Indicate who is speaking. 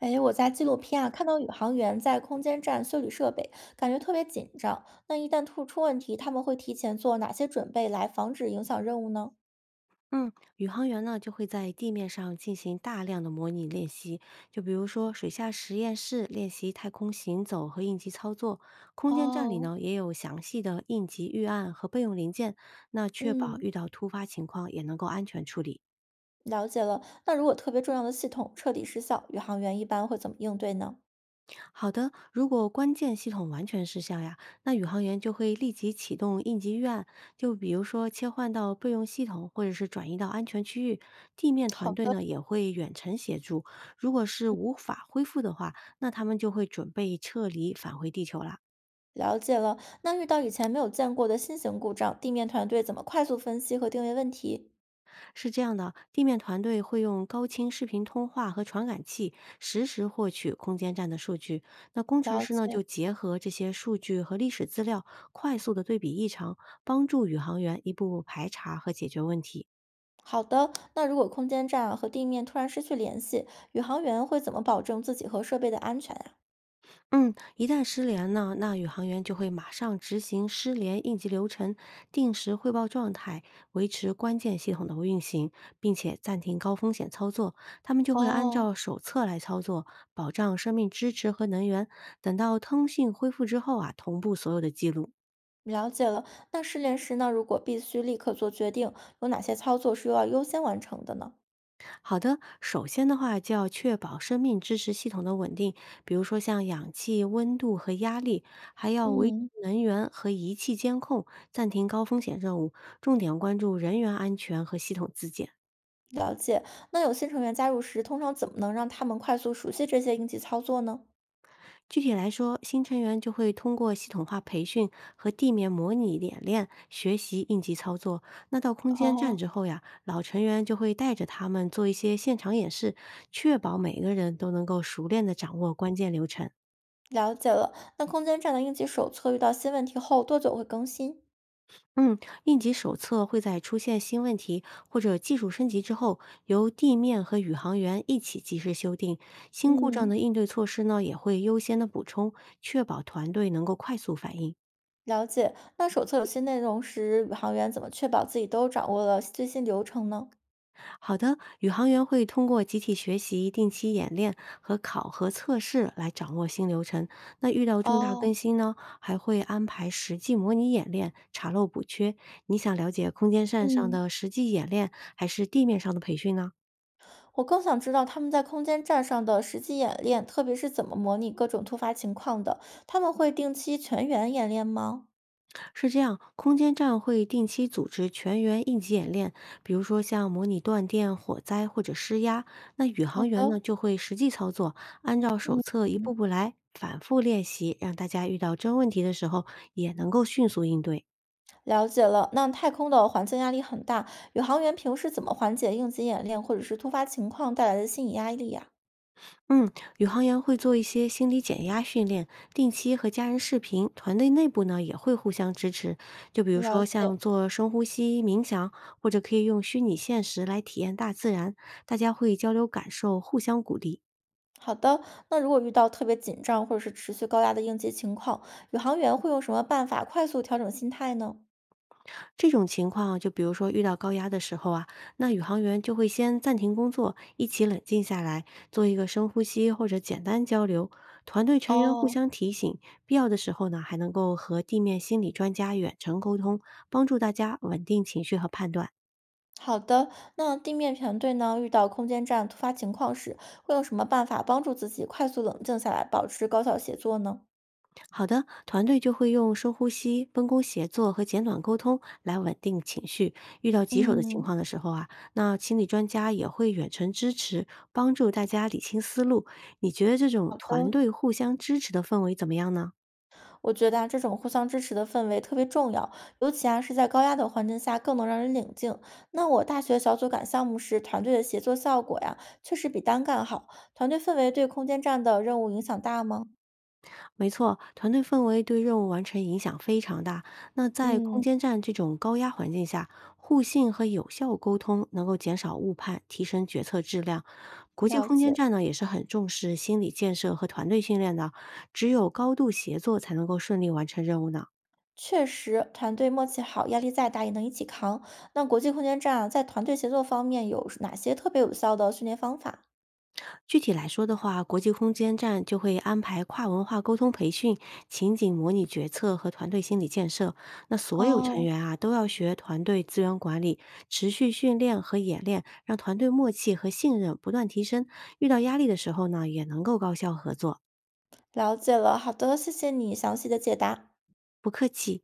Speaker 1: 哎，我在纪录片啊看到宇航员在空间站修理设备，感觉特别紧张。那一旦突出问题，他们会提前做哪些准备来防止影响任务呢？
Speaker 2: 嗯，宇航员呢就会在地面上进行大量的模拟练习，就比如说水下实验室练习太空行走和应急操作，空间站里
Speaker 1: 哦。
Speaker 2: 呢也有详细的应急预案和备用零件，那确保
Speaker 1: 嗯。
Speaker 2: 遇到突发情况也能够安全处理。
Speaker 1: 了解了。那如果特别重要的系统彻底失效，宇航员一般会怎么应对呢？
Speaker 2: 好的，如果关键系统完全失效呀，那宇航员就会立即启动应急预案，就比如说切换到备用系统，或者是转移到安全区域。地面
Speaker 1: 好
Speaker 2: 团队
Speaker 1: 的。
Speaker 2: 呢也会远程协助。如果是无法恢复的话，那他们就会准备撤离返回地球啦。
Speaker 1: 了解了。那遇到以前没有见过的新型故障，地面团队怎么快速分析和定位问题？
Speaker 2: 是这样的，地面团队会用高清视频通话和传感器实时获取空间站的数据。那工程
Speaker 1: 了
Speaker 2: 师呢，
Speaker 1: 解。
Speaker 2: 就结合这些数据和历史资料，快速的对比异常，帮助宇航员一步步排查和解决问题。
Speaker 1: 好的，那如果空间站啊和地面突然失去联系，宇航员会怎么保证自己和设备的安全呀？
Speaker 2: 嗯，一旦失联呢，那宇航员就会马上执行失联应急流程，定时汇报状态，维持关键系统的运行，并且暂停高风险操作。他们就会按
Speaker 1: 哦。
Speaker 2: 照手册来操作，保障生命支持和能源。等到通信恢复之后啊，同步所有的记录。
Speaker 1: 了解了。那失联时那如果必须立刻做决定，有哪些操作是又要优先完成的呢？
Speaker 2: 好的，首先的话就要确保生命支持系统的稳定，比如说像氧气、温度和压力，还要维持
Speaker 1: 嗯。
Speaker 2: 能源和仪器监控，暂停高风险任务，重点关注人员安全和系统自检。
Speaker 1: 了解。那有新成员加入时，通常怎么能让他们快速熟悉这些应急操作呢？
Speaker 2: 具体来说，新成员就会通过系统化培训和地面模拟演练学习应急操作。那到空间站
Speaker 1: 哦。
Speaker 2: 之后呀，老成员就会带着他们做一些现场演示，确保每个人都能够熟练地掌握关键流程。
Speaker 1: 了解了。那空间站的应急手册遇到新问题后，多久会更新？
Speaker 2: 嗯，应急手册会在出现新问题或者技术升级之后，由地面和宇航员一起及时修订。新故障
Speaker 1: 嗯。
Speaker 2: 的应对措施呢，也会优先的补充，确保团队能够快速反应。
Speaker 1: 了解。那手册有新内容时，宇航员怎么确保自己都掌握了最新流程呢？
Speaker 2: 好的，宇航员会通过集体学习、定期演练和考核测试来掌握新流程。那遇到重大
Speaker 1: 哦。
Speaker 2: 更新呢，还会安排实际模拟演练，查漏补缺。你想了解空间站上
Speaker 1: 嗯。
Speaker 2: 的实际演练，还是地面上的培训呢？
Speaker 1: 我更想知道他们在空间站上的实际演练，特别是怎么模拟各种突发情况的。他们会定期全员演练吗？
Speaker 2: 是这样，空间站会定期组织全员应急演练，比如说像模拟断电、火灾或者施压。那宇
Speaker 1: 好
Speaker 2: 航
Speaker 1: 的。
Speaker 2: 员呢就会实际操作，按照手册一
Speaker 1: 嗯。
Speaker 2: 步步来，反复练习，让大家遇到真问题的时候也能够迅速应对。
Speaker 1: 了解了。那太空的环境压力很大，宇航员平时怎么缓解应急演练或者是突发情况带来的心理压力呀、
Speaker 2: 嗯，宇航员会做一些心理减压训练，定期和家人视频，团队内部呢也会互相支持。就比如
Speaker 1: 了
Speaker 2: 说像
Speaker 1: 解。
Speaker 2: 做深呼吸、冥想，或者可以用虚拟现实来体验大自然，大家会交流感受，互相鼓励。
Speaker 1: 好的，那如果遇到特别紧张或者是持续高压的应急情况，宇航员会用什么办法快速调整心态呢？
Speaker 2: 这种情况，就比如说遇到高压的时候啊，那宇航员就会先暂停工作，一起冷静下来，做一个深呼吸或者简单交流。团队成员互
Speaker 1: 哦。
Speaker 2: 相提醒，必要的时候呢，还能够和地面心理专家远程沟通，帮助大家稳定情绪和判断。
Speaker 1: 好的，那地面团队呢，遇到空间站突发情况时，会用什么办法帮助自己快速冷静下来，保持高效协作呢？
Speaker 2: 好的，团队就会用深呼吸、分工协作和简短沟通来稳定情绪。遇到棘手的情
Speaker 1: 嗯。
Speaker 2: 况的时候啊，那心理专家也会远程支持，帮助大家理清思路。你觉得这种
Speaker 1: 好
Speaker 2: 团
Speaker 1: 的，
Speaker 2: 队互相支持的氛围怎么样呢？
Speaker 1: 我觉得啊，这种互相支持的氛围特别重要，尤其啊是在高压的环境下，更能让人冷静。那我大学小组赶项目时，团队的协作效果呀，确实比单干好。团队氛围对空间站的任务影响大吗？
Speaker 2: 没错，团队氛围对任务完成影响非常大。那在空
Speaker 1: 嗯。
Speaker 2: 间站这种高压环境下，互信和有效沟通能够减少误判，提升决策质量。国际
Speaker 1: 了
Speaker 2: 空间
Speaker 1: 解。
Speaker 2: 站呢也是很重视心理建设和团队训练的，只有高度协作才能够顺利完成任务呢。
Speaker 1: 确实，团队默契好，压力再大也能一起扛。那国际空间站啊，在团队协作方面有哪些特别有效的训练方法？
Speaker 2: 具体来说的话，国际空间站就会安排跨文化沟通培训、情景模拟决策和团队心理建设。那所有成
Speaker 1: 哦。
Speaker 2: 员啊都要学团队资源管理，持续训练和演练，让团队默契和信任不断提升。遇到压力的时候呢，也能够高效合作。
Speaker 1: 了解了，好的，谢谢你详细的解答。
Speaker 2: 不客气。